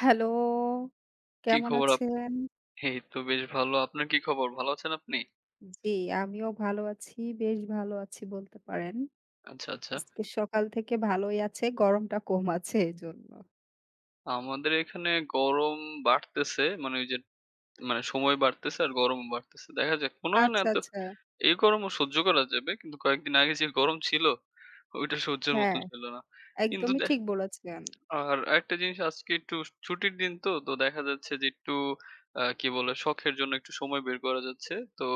Hello, কি কেমন খবর আপ আছেন? এই তো বেশ ভালো। আপনার কি খবর? ভালো আছেন আপনি? জি, আমিও ভালো আছি। বেশ ভালো আছি বলতে পারেন। আচ্ছা, আচ্ছা। আজকে সকাল থেকে ভালোই আছে, গরমটা কম আছে এজন্য। আমাদের এখানে গরম বাড়তেছে। মানে ওই যে মানে সময় বাড়তেছে আর গরমও বাড়তেছে। দেখা যাক। মনে হয় না আচ্ছা, এত আচ্ছা। এই গরমও সহ্য করা যাবে। কিন্তু কয়েকদিন আগে যে গরম ছিল, ওইটা সহ্যের মতন হ্যাঁ, ছিল না। কিন্তু একদমই দে ঠিক বলেছেন। আর একটা জিনিস আজকে একটু ছুটির দিন তো, তো দেখা যাচ্ছে যে একটু কি বলে শখের জন্য একটু সময় বের করা যাচ্ছে। তো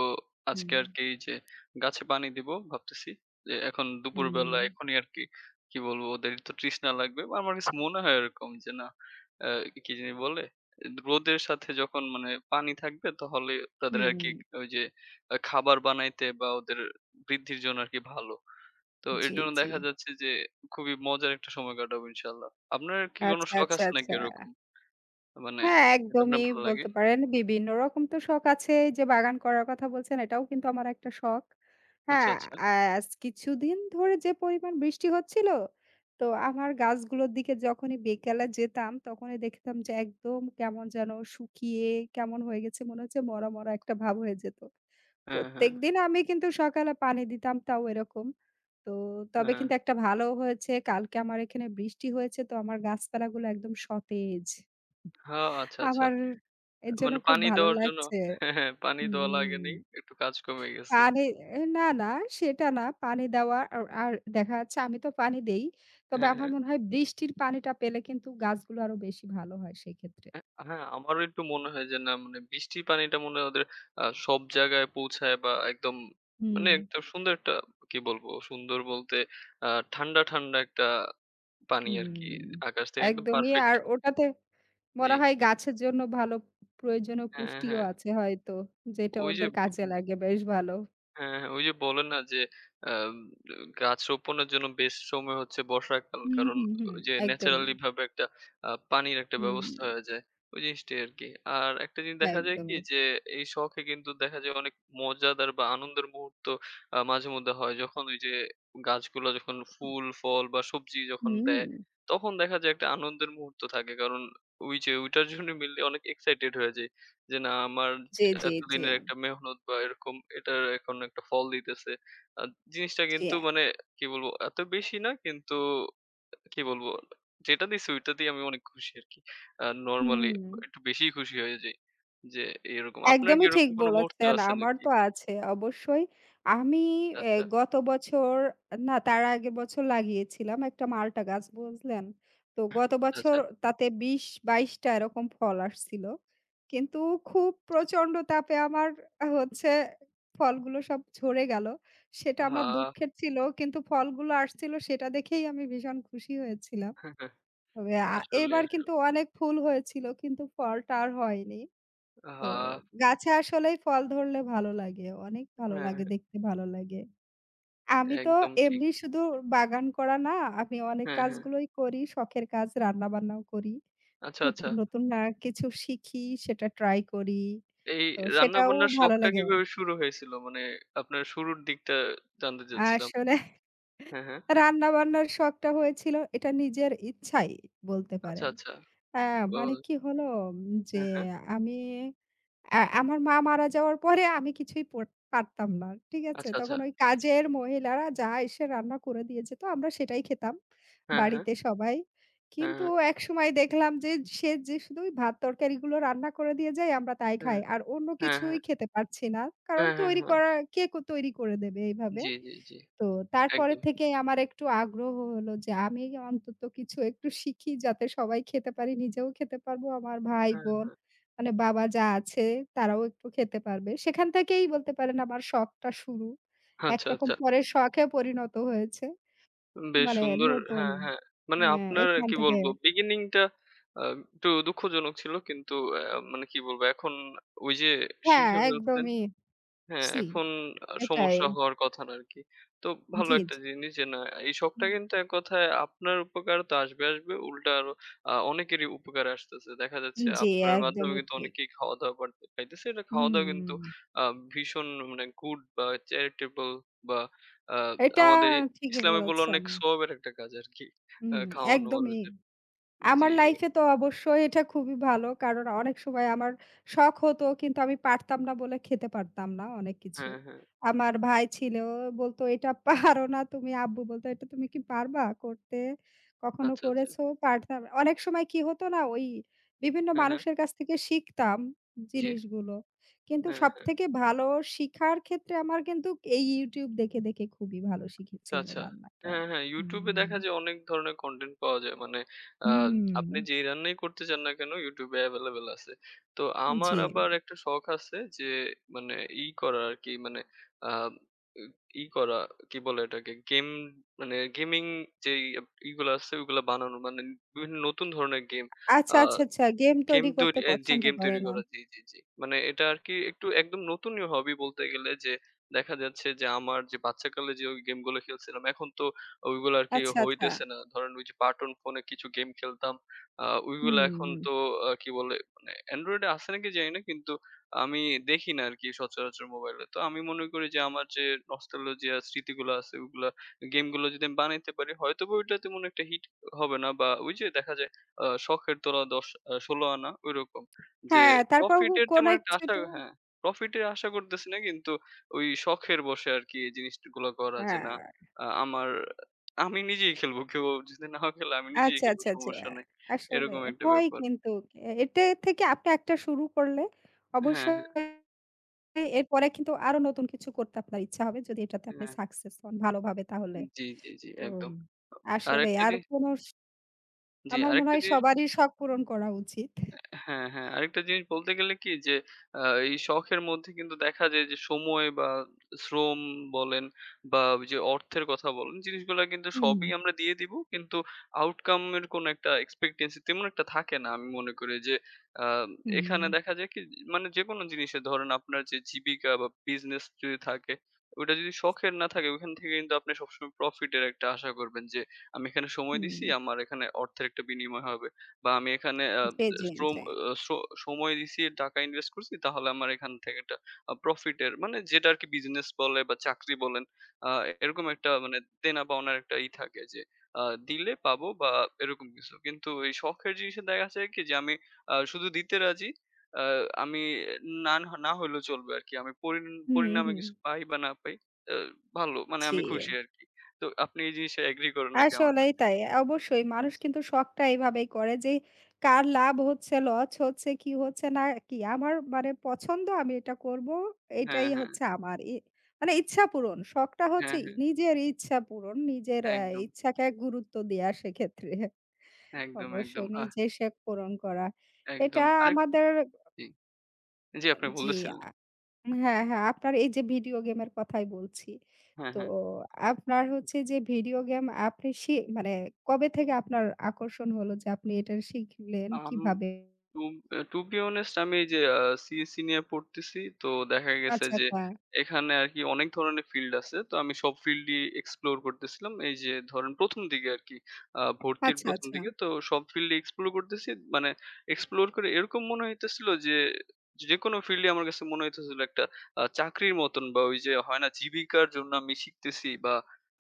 আজকে হুম, আরকি এই যে গাছে পানি দিব ভাবতেছি। যে এখন দুপুরবেলা হুম, এখনই আরকি কি কি বলবো ওদের তো তৃষ্ণা লাগবে। আমার কাছে মনে হয় এরকম যে না আ কি জানি বলে? রোদের সাথে যখন মানে পানি থাকবে তাহলে তাদের হুম, আরকি ওই যে খাবার বানাইতে বা ওদের বৃদ্ধির জন্য আরকি ভালো। তো এর জি, জন্য জি। দেখা যাচ্ছে যে খুবই মজার একটা সময় কাটাবো ইনশাআল্লাহ। আপনার কি কোনো আচ্ছা, শখ আচ্ছা, আছে নাকি আচ্ছা। এরকম? মানে হ্যাঁ, যেটা আপনার একদমই ভালো লাগে? বলতে পারেন বিভিন্ন রকম তো শখ আছে। এই যে বাগান করার কথা বলছেন এটাও কিন্তু আমার একটা শখ। আচ্ছা, হ্যাঁ, আচ্ছা। আজ কিছুদিন ধরে যে পরিমাণ বৃষ্টি হচ্ছিল, তো আমার গাছগুলোর দিকে যখনই বিকেলে যেতাম তখনই দেখতাম যে একদম কেমন যেন শুকিয়ে কেমন হয়ে গেছে মনে হচ্ছে মরা, মরা একটা ভাব হয়ে যেত। হ্যাঁ, হ্যাঁ, প্রত্যেকদিন আমি কিন্তু সকালে পানি দিতাম তাও এরকম। তো তবে হ্যাঁ। কিন্তু একটা ভালো হয়েছে কালকে আমার এখানে বৃষ্টি হয়েছে তো আমার গাছপালাগুলো একদম সতেজ। হ্যাঁ, আচ্ছা, আচ্ছা। আমার এর জন্য মানে খুব পানি ভালো দেওয়ার জন্য লাগছে। হ্যাঁ, হ্যাঁ, পানি দেওয়া লাগে হুম। নাই। একটু কাজ কমে গেছে। পানি এ না, না সেটা না। পানি দেওয়া আর আর দেখা যাচ্ছে আমি তো পানি দেই। তবে হ্যাঁ, আমার হ্যাঁ। মনে হয় বৃষ্টির পানিটা পেলে কিন্তু গাছগুলো আরো বেশি ভালো হয় সেক্ষেত্রে। হ্যাঁ, হ্যাঁ, আমারও একটু মনে হয় যে না মানে বৃষ্টির পানিটা মনে হয় ওদের সব জায়গায় পৌঁছায় বা একদম মানে হুম, একটা সুন্দর একটা কি বলবো? সুন্দর বলতে আ ঠান্ডা, ঠান্ডা একটা পানি আরকি হুম। আকাশ থেকে একদম একদমই পারফেক্ট। আর ওটাতে জি। মনে হয় গাছের জন্য ভালো প্রয়োজনীয় হ্যাঁ, পুষ্টিও হ্যাঁ। আছে হয়তো। যেটা ওই যে ওদের কাজে লাগে বেশ ভালো। হ্যাঁ, হ্যাঁ, ওই যে বলে না যে আম গাছ রোপণের জন্য বেস্ট সময় হচ্ছে বর্ষাকাল। হুম, কারণ হুম, হুম। ওই যে একদমই। ন্যাচারালি ভাবে একটা পানির একটা হুম, ব্যবস্থা হয়ে যায়। ওই জিনিসটাই আরকি। আর একটা জিনিস দেখা যায় কি একদমই। যে এই শখে কিন্তু দেখা যায় অনেক মজাদার বা আনন্দের মুহূর্ত মাঝেমধ্যে হয়। যখন ওই যে গাছগুলো যখন ফুল, ফল বা সবজি যখন হুম। দেয়, তখন দেখা যায় একটা আনন্দের মুহূর্ত থাকে। কারণ ওই যে ওইটার জন্য মেইনলি অনেক এক্সাইটেড হয়ে যাই। যে না আমার জি, জি, জি, এতদিনের একটা মেহনত বা এরকম এটার এখন একটা ফল দিতেছে। আ জিনিসটা জি। কিন্তু মানে কি বলবো? এত বেশি না কিন্তু কি বলবো? যেটা দিছে ওইটা দিয়ে আমি অনেক খুশি আরকি। নরমালি হুম, একটু বেশিই খুশি হয়ে যাই। যে এরকম। আপনার কি একদমই ঠিক এরকম কোনো মুহূর্ত বলেছেন। আছে আমার নাকি? তো আছে অবশ্যই। আমি এ আচ্ছা, গত বছর না তার আগের বছর লাগিয়েছিলাম একটা মাল্টা গাছ, বুঝলেন? তো গত বছর আচ্ছা, তাতে ২০-২২ টা এরকম ফল আসছিল। কিন্তু খুব আচ্ছা। প্রচন্ড তাপে আমার হচ্ছে ফলগুলো সব ঝরে গেল। সেটা আহা! আমার দুঃখের ছিল। কিন্তু ফলগুলো আসছিল সেটা দেখেই আমি ভীষণ খুশি হয়েছিলাম। তবে আসলে এবার কিন্তু অনেক ফুল হয়েছিল কিন্তু ফলটা আর হয়নি। তো আহা! গাছে আসলেই ফল ধরলে ভালো লাগে। অনেক ভালো হ্যাঁ, লাগে, দেখতে ভালো লাগে। আমি তো একদম ঠিক। এমনি শুধু বাগান করা না, আমি অনেক হ্যাঁ, হ্যাঁ। কাজগুলোই করি। শখের কাজ, রান্না-বান্নাও করি। আচ্ছা, আচ্ছা। নতুন, নতুন কিছু শিখি, সেটা ট্রাই করি। এই তো সেটাও রান্না-বান্নার ভালো শখটা লাগে। কিভাবে শুরু হয়েছিল? মানে আপনার শুরুর দিকটা জানতে চাচ্ছিলাম। আসলে হ্যাঁ, হ্যাঁ। রান্নাবান্নার শখটা হয়েছিল এটা নিজের ইচ্ছাই বলতে আচ্ছা, পারেন। আচ্ছা। আ ও মানে কি হলো উম, যে হ্যাঁ, হ্যাঁ। আমি আমার মা মারা যাওয়ার পরে আমি কিছুই পারতাম না। ঠিক আছে? আচ্ছা, আচ্ছা। তখন ওই কাজের মহিলারা যা এসে রান্না করে দিয়ে যেত আমরা সেটাই খেতাম হ্যাঁ, হ্যাঁ। বাড়িতে সবাই। হ্যাঁ, কিন্তু হ্যাঁ। একসময় দেখলাম যে সে যে শুধু ওই ভাত তরকারিগুলো রান্না করে দিয়ে যায় আমরা তাই খাই। আর অন্য হ্যাঁ, হ্যাঁ। কিছুই খেতে পারছি না। কারণ হ্যাঁ, হ্যাঁ, তৈরি হ্যাঁ। করা কে তৈরি করে দেবে এইভাবে? জি, জি, জি। তো তারপরে একদম। থেকে আমার একটু আগ্রহ হলো যে আমি অন্তত কিছু একটু শিখি যাতে সবাই খেতে পারি, নিজেও খেতে পারবো, আমার হ্যাঁ, ভাই-বোন হ্যাঁ। মানে বাবা যা আছে তারাও একটু খেতে পারবে। সেখান থেকেই বলতে পারেন আমার শখটা শুরু। আচ্ছা, একরকম আচ্ছা। পরে শখে পরিণত হয়েছে। বেশ মানে সুন্দর নতুন হ্যাঁ, হ্যাঁ। মানে হ্যাঁ, আপনার এখান কি থেকে বলবো beginning টা আ একটু দুঃখজনক ছিল। কিন্তু অ্যা মানে কি বলবো এখন ওই যে হ্যাঁ, শিখে ফেলছেন একদমই হ্যাঁ, জি, এখন এটাই। সমস্যা হওয়ার কথা না আরকি। তো ভালো জি, একটা জি। জিনিস যে না এই শখটা হুম, কিন্তু এক কথায় আপনার উপকার তো আসবে, আসবে উল্টা আরো অনেকেরই উপকারে আসতেছে। দেখা যাচ্ছে জি, আপনার মাধ্যমে একদমই কিন্তু ঠিক। অনেকেই খাওয়া-দাওয়া বাড়তে পাইতেছে। এটা খাওয়া-দাওয়া কিন্তু হুম, আ ভীষণ মানে গুড বা চ্যারিটেবল বা আ এটা আমাদের ঠিকই ইসলামে বলে বলেছেন। অনেক সওয়াবের একটা কাজ আরকি। হুম, খাওয়ানো একদমই। মানুষদের। জি, আমার লাইফে তো অবশ্যই এটা খুবই ভালো। কারণ অনেক সময় আমার শখ হতো কিন্তু আমি পারতাম না বলে খেতে পারতাম না অনেক কিছু। হ্যাঁ, হ্যাঁ। আমার ভাই ছিল বলত, "এটা পারো না তুমি।" আব্বু বলত, "এটা তুমি কি পারবা করতে? কখনো আচ্ছা, আচ্ছা। করেছো?" পারতাম না। অনেক সময় কি হতো না ওই বিভিন্ন হ্যাঁ, হ্যাঁ। মানুষের কাছ থেকে শিখতাম জি, জিনিসগুলো। কিন্তু হ্যাঁ। সবথেকে ভালো শিখার ক্ষেত্রে আমার কিন্তু এই YouTube দেখে, দেখে খুবই ভালো শিখেছি আচ্ছা, আমি আচ্ছা। রান্নাটা। হ্যাঁ, হ্যাঁ, YouTube এ হুম। দেখা যায় অনেক ধরনের কনটেন্ট পাওয়া যায়। মানে আ হুম, আপনি যেই রান্নাই করতে চান না কেন YouTube এ এভেইলেবল আছে। তো আমার জি। আবার একটা শখ আছে যে মানে ই করা আরকি মানে আ ই করা কি বলে এটাকে? গেমিং যেই ইগুলা আছে ওগুলা বানানো। মানে বিভিন্ন নতুন ধরনের আচ্ছা, আ আচ্ছা, আচ্ছা। গেম তৈরি করতে পছন্দ গেম করে তৈরি না। করা। জি, জি, জি। মানে এটা আরকি একটু একদম নতুনই হবি বলতে গেলে যে দেখা যাচ্ছে যে আমার যে বাচ্চাকালে যে ওই গেমগুলো খেলছিলাম এখন তো ওইগুলো আরকি আচ্ছা, আচ্ছা। হইতেছে না। ধরেন ওই যে বাটন ফোনে কিছু গেম খেলতাম। ওইগুলা হুম, এখন হুম। তো কি বলে মানে Android এ আছে নাকি জানি না। কিন্তু আমি দেখি না আরকি সচরাচর মোবাইলে। তো আমি মনে করি যে আমার যে নস্টালজিয়া স্মৃতিগুলো আছে ওগুলা গেমগুলো যদি আমি বানাইতে পারি হয়তোবা ওইটা তেমন একটা হিট হবে না বা ওই যে দেখা যায় শখের তোলা ১০ আ ১৬ আনা ঐরকম। যে হ্যাঁ, তারপর প্রফিট এর তেমন কোনো একটা আশা কিছুটু হ্যাঁ, প্রফিট এর আশা করতেছি না কিন্তু ওই শখের বশে আরকি এই জিনিসগুলো করা যে হ্যাঁ, না আ আমার আমি নিজেই খেলবো। কেউ যদি নাও খেলে আমি নিজেই আচ্ছা, খেলবো আচ্ছা, আচ্ছা। সমস্যা নাই। আসলে এরকম একটা হয় ব্যাপার। কিন্তু এটা থেকে আপনি একটা শুরু করলে হ্যাঁ, হ্যাঁ, অবশ্যই এরপরে কিন্তু আরো নতুন কিছু করতে আপনার ইচ্ছা হবে যদি এটাতে আপনি হ্যাঁ। সাকসেস হন ভালোভাবে তাহলে। জি, জি, জি তো একদম। আসলে আরেকটা আর জি, কোনো স জি আমার মনে আরেকটা হয় জিনিস সবারই শখ পূরণ করা উচিত। হ্যাঁ, হ্যাঁ। আরেকটা জিনিস বলতে গেলে কি যে আ এই শখের মধ্যে কিন্তু দেখা যায় যে সময় বা শ্রম বলেন বা ওই যে অর্থের কথা বলেন, জিনিসগুলা কিন্তু হুম, সবই আমরা দিয়ে দিব। কিন্তু আউটকাম এর কোনো একটা এক্সপেক্টেন্সি তেমন একটা থাকে না। আমি মনে করি যে আ এখানে হুম, দেখা যায় কি মানে যেকোনো জিনিসে ধরেন আপনার যে জীবিকা বা বিজনেস যদি থাকে, ওটা যদি শখের না থাকে ওইখান থেকে কিন্তু আপনি সবসময় প্রফিট এর একটা আশা করবেন যে আমি এখানে সময় হুম। দিছি, আমার এখানে অর্থের একটা বিনিময় হবে। বা আমি এখানে আ জি, জি, শ্রম জি। আ স সময় দিছি, টাকা ইনভেস্ট করছি তাহলে আমার এখান থেকে একটা প্রফিটের মানে যেটা আরকি বিজনেস বলে বা চাকরি বলেন আ এরকম একটা মানে দেনা-পাওনার একটা ই থাকে যে আ দিলে পাবো বা এরকম কিছু। কিন্তু এই শখের জিনিসে দেখা যায় কি যে আমি শুধু দিতে রাজি। আ আমি না, না হইলেও চলবে আরকি। আমি পরিন হুম, পরিণামে হুম। কিছু পাই বা না পাই আ ভালো মানে জি। আমি খুশি আরকি। তো আপনি এই জিনিসে এগ্রি করেন নাকি আমার আসলেই সাথে? তাই। অবশ্যই মানুষ জি। কিন্তু শখটা এভাবেই করে যে কার লাভ হচ্ছে, লস হচ্ছে, কি হচ্ছে না কি আমার মানে পছন্দ আমি এটা করব। হ্যাঁ, এটাই হ্যাঁ, হচ্ছে আমার। ই মানে ইচ্ছা পূরণ। শখটা হচ্ছে হ্যাঁ, হ্যাঁ। নিজের ইচ্ছা পূরণ। নিজের একদম, ইচ্ছাকে গুরুত্ব দেয়া সেক্ষেত্রে একদম, একদম। অবশ্যই নিজের শখ পূরণ করা। একদম। এটা আরেক আমাদের জি, জি আপনি জি। বলতেছিলেন। হ্যাঁ, হ্যাঁ, আপনার এই যে ভিডিও গেমের কথাই বলছি। হ্যাঁ, তো হ্যাঁ। আপনার হচ্ছে যে ভিডিও গেম আপনি মানে কবে থেকে আপনার আকর্ষণ হলো যে আপনি এটা শিখলেন আম কিভাবে? টু টু বি honest আমি এই যে সিএসসি নিয়ে পড়তেছি। তো দেখা গেছে আচ্ছা, যে আচ্ছা, এখানে আরকি অনেক ধরনের ফিল্ড আছে। তো আমি সব ফিল্ডই explore করতেছিলাম। এই যে ধরেন ১ম দিকে আরকি। ভর্তির আচ্ছা, ১ম আচ্ছা। দিকে। তো সব ফিল্ডই explore করতেছি। মানে explore করে এরকম মনে হইতেছিল যে যেকোনো ফিল্ডই আমার কাছে মনে হইতেছিল একটা চাকরির মতন বা ওই যে হয় না জীবিকার জন্য আমি শিখতেছি বা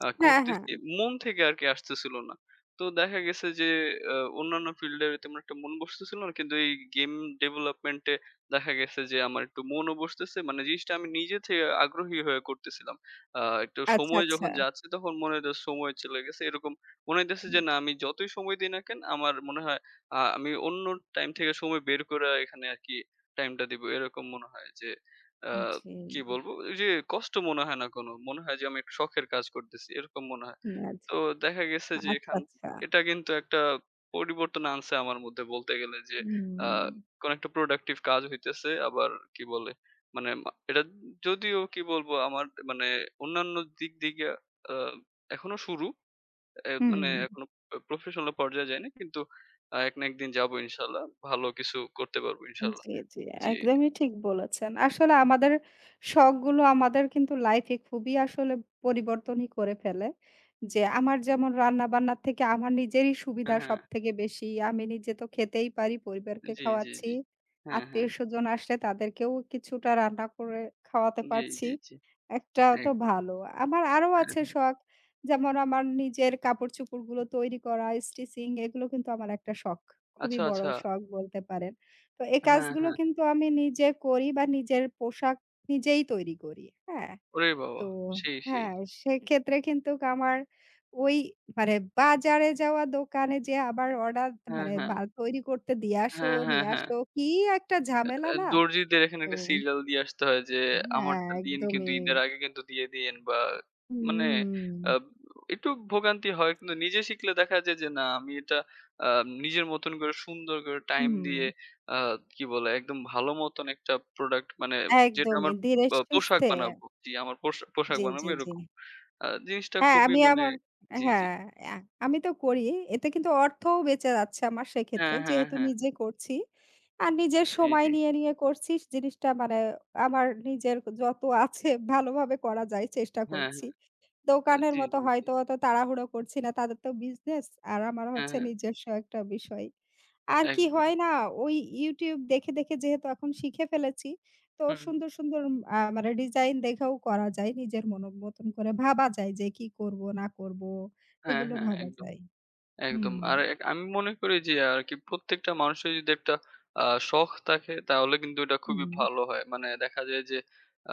হ্যাঁ, হ্যাঁ। করতেছি। মন থেকে আরকি আসতেছিল না। তো দেখা গেছে যে আ অন্যান্য ফিল্ডে তেমন একটা মন বসতেছিল না। কিন্তু এই গেম ডেভেলপমেন্ট এ দেখা গেছে যে আমার একটু মনও বসতেছে। মানে জিনিসটা আমি নিজে থেকে আগ্রহী হয়ে করতেছিলাম। আ একটু আচ্ছা, সময় আচ্ছা। যখন যাচ্ছে তখন মনে হইতেছে সময় চলে গেছে। এরকম মনে হইতেছে হুম, যে না আমি যতই সময় দিই না কেন আমার মনে হয় আমি অন্য টাইম থেকে সময় বের করে এখানে আরকি টাইমটা দিব। এরকম মনে হয় যে আ জি। কি বলবো? ওই যে কষ্ট মনে হয় না কোনো। মনে হয় যে আমি একটা শখের কাজ করতেছি। এরকম মনে হয়। হুম, আচ্ছা, তো দেখা গেছে যে আচ্ছা। এখান আচ্ছা এটা কিন্তু একটা পরিবর্তন আনছে আমার মধ্যে বলতে গেলে যে হুম, আহ, কোন একটা প্রোডাক্টিভ কাজ হইতেছে আবার কি বলে মানে এটা যদিও কি বলবো আমার মানে অন্যান্য দিক দিকে আহ, এখনো শুরু হুম। মানে এখনো প্রফেশনাল পর্যায়ে যায়নি কিন্তু এক না একদিন যাবো ইনশাল্লাহ ভালো কিছু করতে পারবো ইনশাল্লাহ জি, জি, জি একদমই ঠিক বলেছেন। আসলে আমাদের শখগুলো আমাদের কিন্তু লাইফে খুবই আসলে পরিবর্তনই করে ফেলে। যে আমার যেমন রান্না-বান্নার থেকে আমার নিজেরই হ্যাঁ সুবিধা হ্যাঁ সবথেকে বেশি। আমি নিজে তো খেতেই পারি, পরিবারকে জি জি খাওয়াচ্ছি। জি হ্যাঁ হ্যাঁ আত্মীয়স্বজন আসলে তাদেরকেও কিছুটা রান্না করে খাওয়াতে জি পারছি। জি জি একটা তো একদম ভালো। আমার আরো হ্যাঁ আছে হ্যাঁ শখ। যেমন আমার নিজের কাপড়-চোপড়গুলো তৈরি করা, স্টিচিং এগুলো কিন্তু আমার একটা শখ। খুবই আচ্ছা বড় আচ্ছা শখ বলতে পারেন। তো এই হ্যাঁ কাজগুলো হ্যাঁ কিন্তু আমি নিজে করি বা নিজের পোশাক নিজেই তৈরি করি। হ্যাঁ? ওরে বাবা! তো সেই, সেই। হ্যাঁ, সেক্ষেত্রে কিন্তু আমার ওই মানে বাজারে যাওয়া দোকানে যেয়ে আবার অর্ডার হ্যাঁ, মানে হ্যাঁ। বা তৈরি করতে দিয়ে আসো, হ্যাঁ, হ্যাঁ, নিয়ে হ্যাঁ। আসো কি একটা ঝামেলা না? দর্জিদের এখানে তো একটা সিরিয়াল দিয়ে আসতে হয় যে, হ্যাঁ, আমারটা দিন কিন্তু একদমই। ঈদের আগে কিন্তু দিয়ে দিয়েন বা মানে হুম, আ একটু ভোগান্তি হয়। কিন্তু নিজে শিখলে দেখা যায় যে, না আমি এটা আ নিজের মতন করে সুন্দর করে টাইম হুম, দিয়ে আ কি বলে একদম ভালো মতন একটা প্রোডাক্ট মানে যেটা আমার একদমই ধীরে পোশাক সুস্থে। বানাবো। জি, আমার পোশাক জি, বানাবো জি, জি। এরকম। জিনিসটা হ্যাঁ, খুবই আমি মানে আমার জি, জি। হ্যাঁ, আ আমি তো করি। এতে কিন্তু অর্থও বেঁচে যাচ্ছে আমার সেক্ষেত্রে। হ্যাঁ, হ্যাঁ, যেহেতু হ্যাঁ। নিজে করছি। আর নিজের জি, সময় জি। নিয়ে করছি জিনিসটা মানে আমার নিজের যত আছে ভালোভাবে করা যায় চেষ্টা হ্যাঁ, করছি। হ্যাঁ। দোকানের জি, মতো জি। হয়তো অত তাড়াহুড়ো করছি না। তাদের তো বিজনেস আর আমার হ্যাঁ, হচ্ছে হ্যাঁ, নিজস্ব একটা বিষয়। আর কি একদম। হয় না ওই YouTube দেখে, দেখে যেহেতু এখন শিখে ফেলেছি, তো হুম, হুম। সুন্দর, সুন্দর মানে ডিজাইন দেখেও করা যায়। নিজের মন মতন করে ভাবা যায় যে কি করব না করব হ্যাঁ, এগুলো হ্যাঁ, ভাবা একদম। যায়। একদম। হুম, আর এক আমি মনে করি যে আরকি প্রত্যেকটা মানুষের যদি একটা শখ থাকে তাহলে কিন্তু এটা খুবই হুম, ভালো হয়। মানে দেখা যায় যে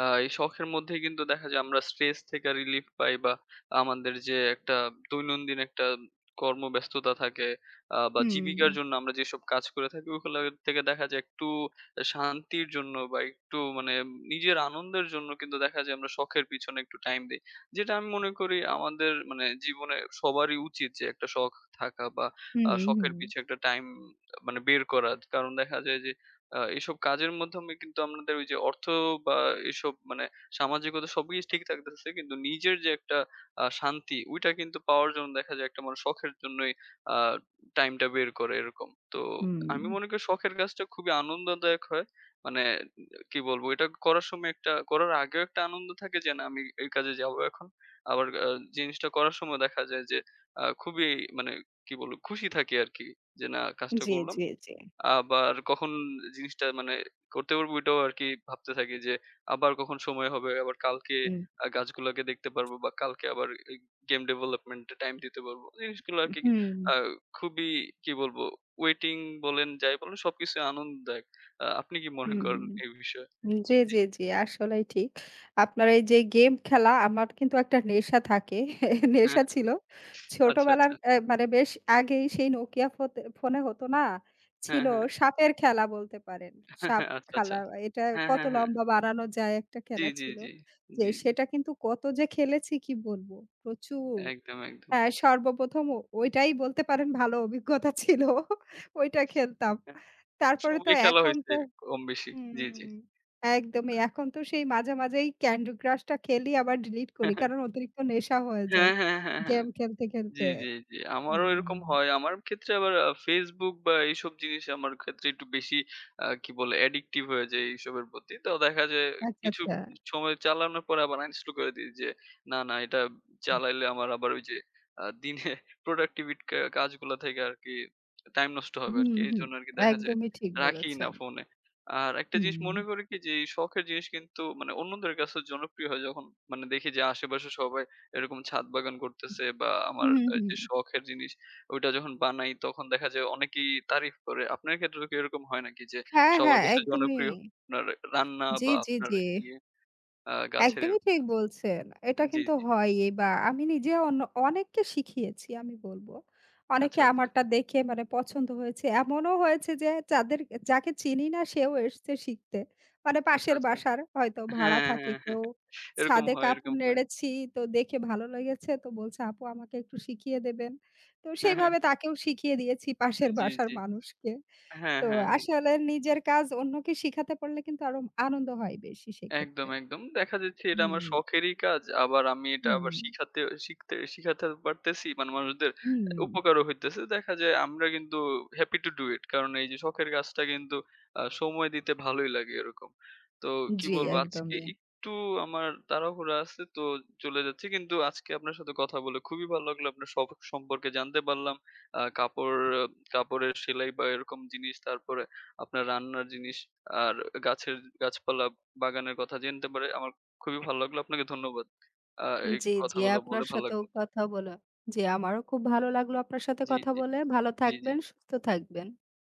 এই শখের মধ্যেই কিন্তু দেখা যায় আমরা স্ট্রেস থেকে রিলিফ পাই বা আমাদের যে একটা দৈনন্দিন একটা কর্মব্যস্ততা থাকে বা হুম, জীবিকার জন্য আমরা যেসব কাজ করে থাকি ওগুলা থেকে দেখা যায় একটু শান্তির জন্য বা একটু মানে নিজের আনন্দের জন্য কিন্তু দেখা যায় আমরা শখের পিছনে একটু টাইম দেই। যেটা আমি মনে করি আমাদের মানে জীবনে সবারই উচিত যে একটা শখ থাকা বা হুম, হুম, শখের পিছে একটা টাইম মানে বের করা। কারণ দেখা যায় যে এইসব কাজের মাধ্যমে কিন্তু আমাদের ওই যে অর্থ বা এসব মানে সামাজিকতা সবই ঠিক থাকতেছে। কিন্তু নিজের যে একটা শান্তি ওইটা কিন্তু পাওয়ার জন্য দেখা যায় একটা মানুষ শখের জন্যই আ টাইমটা বের করে এরকম। তো হুম। আমি মনে করি শখের কাজটা খুবই আনন্দদায়ক হয়। মানে কি বলবো এটা করার সময় একটা করার আগেও একটা আনন্দ থাকে যে না আমি এই কাজে যাবো এখন। আবার জিনিসটা করার সময় দেখা যায় যে খুবই মানে কি বলবো? খুশি থাকি আরকি। যে না কাজটা জি, করলাম। জি, জি। আবার কখন জিনিসটা মানে করতে পারবো ওইটাও আরকি ভাবতে থাকি যে আবার কখন সময় হবে, আবার কালকে হুম, গাছগুলাকে দেখতে পারবো বা কালকে আবার এই গেম ডেভেলপমেন্ট এ টাইম দিতে পারবো। জিনিসগুলো আরকি হুম, আ খুবই কি বলবো? ওয়েটিং বলেন, যাই বলেন সবকিছুই আনন্দদায়ক। আপনি কি মনে হুম। করেন এই বিষয়ে? জি, জি। জি, জি, আসলেই ঠিক। আপনার এই যে গেম খেলা আমার কিন্তু একটা নেশা থাকে। হ্যাঁ, নেশা ছিল। আচ্ছা, ছোটবেলার আচ্ছা। মানে বেশ আগেই সেই Nokia ফোনে হতো না? হ্যাঁ, ছিল হ্যাঁ। সাপের খেলা বলতে পারেন। সাপ আচ্ছা, আচ্ছা। খেলা এটা হ্যাঁ, কত হ্যাঁ, হ্যাঁ। লম্বা বানানো যায় একটা জি, খেলা জি, ছিল। জি। যে জি, জি। সেটা কিন্তু কত যে খেলেছি কি বলবো? প্রচুর। একদম, একদম। হ্যাঁ, সর্বপ্রথম ও ওইটাই বলতে পারেন ভালো অভিজ্ঞতা ছিল। ওইটা খেলতাম। তারপরে তো সবই খেলা এখন হইছে তো কম বেশি। জি, জি। হুম, একদমই। এখন তো সেই মাঝে, মাঝেই ক্যান্ডি ক্রাশটা খেলি আবার ডিলিট করি। কারণ অতিরিক্ত নেশা হয়ে যায়। হ্যাঁ, হ্যাঁ, হ্যাঁ, হ্যাঁ। গেম খেলতে, খেলতে। জি, জি, জি। আমারও হুম, এরকম হয়। আমার ক্ষেত্রে আবার Facebook বা এইসব জিনিস আমার ক্ষেত্রে একটু বেশি কি বলে অ্যাডিক্টিভ হয়ে যাই এইসবের প্রতি। তো দেখা যায় আচ্ছা, কিছু আচ্ছা। সময় চালানোর পরে আবার uninstall করে দেই যে, না, না এটা চালাইলে আমার আবার ওই যে দিনে productivity কাজগুলা থেকে আরকি টাইম নষ্ট হবে হুম, আরকি। হুম। এইজন্য আরকি দেখা যায় একদমই ঠিক রাখিই না বলেছেন। ফোনে। আর একটা জিনিস হুম। মনে করি কি যে এই শখের জিনিস কিন্তু মানে অন্যদের কাছে জনপ্রিয় হয় যখন মানে দেখি যে আশেপাশে সবাই এরকম ছাদ বাগান করতেছে বা আমার হুম, হুম। যে শখের জিনিস ওইটা যখন বানাই তখন দেখা যায় অনেকেই তারিফ করে। আপনার ক্ষেত্রেও কি এরকম হয় নাকি যে হ্যাঁ, সবার হ্যাঁ, কাছে একদমই। জনপ্রিয় আপনার রান্না জি, বা জি, আপনার জি। ইয়ে গাছের একদমই ঠিক বলছেন। এটা জি, কিন্তু জি। হয়ই বা আমি নিজে অনেককে শিখিয়েছি আমি বলব। অনেকে আচ্ছা, আচ্ছা, আমারটা দেখে মানে পছন্দ হয়েছে। এমনও হয়েছে যে যাদের যাকে চিনি না সেও এসছে শিখতে। মানে আচ্ছা, পাশের আচ্ছা। বাসার হয়তো ভাড়া হ্যাঁ, হ্যাঁ, থাকে হ্যাঁ। হ্যাঁ, কেউ। এরকম ছাদে হয়, কাপড় এরকম হয়। নেড়েছি তো দেখে ভালো লেগেছে তো বলছে, "আপু আমাকে একটু শিখিয়ে দেবেন?" তো সেইভাবে তাকেও শিখিয়ে দিয়েছি পাশের জি, বাসার জি। মানুষকে। হ্যাঁ, তো হ্যাঁ, হ্যাঁ। আসলে নিজের কাজ অন্যকে শিখাতে পারলে কিন্তু আরো আনন্দ হয় বেশি একদম, সেক্ষেত্রে। একদম। দেখা যাচ্ছে এটা আমার হুম। শখেরই কাজ। আবার আমি এটা হুম, আবার শিখাতে পারতেছি। মানে মানুষদের হুম। উপকারও হইতেছে। দেখা যায় আমরা কিন্তু happy to do it। কারণ এই যে শখের কাজটা কিন্তু সময় দিতে ভালোই লাগে এরকম। তো কি জি, বলবো আজকে একদমই। একটু আমার তাড়াহুড়া আছে তো চলে যাচ্ছি। কিন্তু আজকে আপনার সাথে কথা বলে খুবই ভালো লাগলো। আপনার শখ সম্পর্কে জানতে পারলাম। আ কাপড় কাপড়ের সেলাই বা এরকম জিনিস। তারপরে আপনার রান্নার জিনিস আর গাছের গাছপালা বাগানের কথা জানতে পেরে আমার খুবই ভালো লাগলো। আপনাকে ধন্যবাদ। আ এই জি, জি। কথাগুলো বলে আপনার ভালো সাথেও লাগলো। কথা বলে জি, আমারও খুব ভালো লাগলো আপনার সাথে জি, কথা জি, বলে। ভালো জি, জি। থাকবেন, সুস্থ থাকবেন।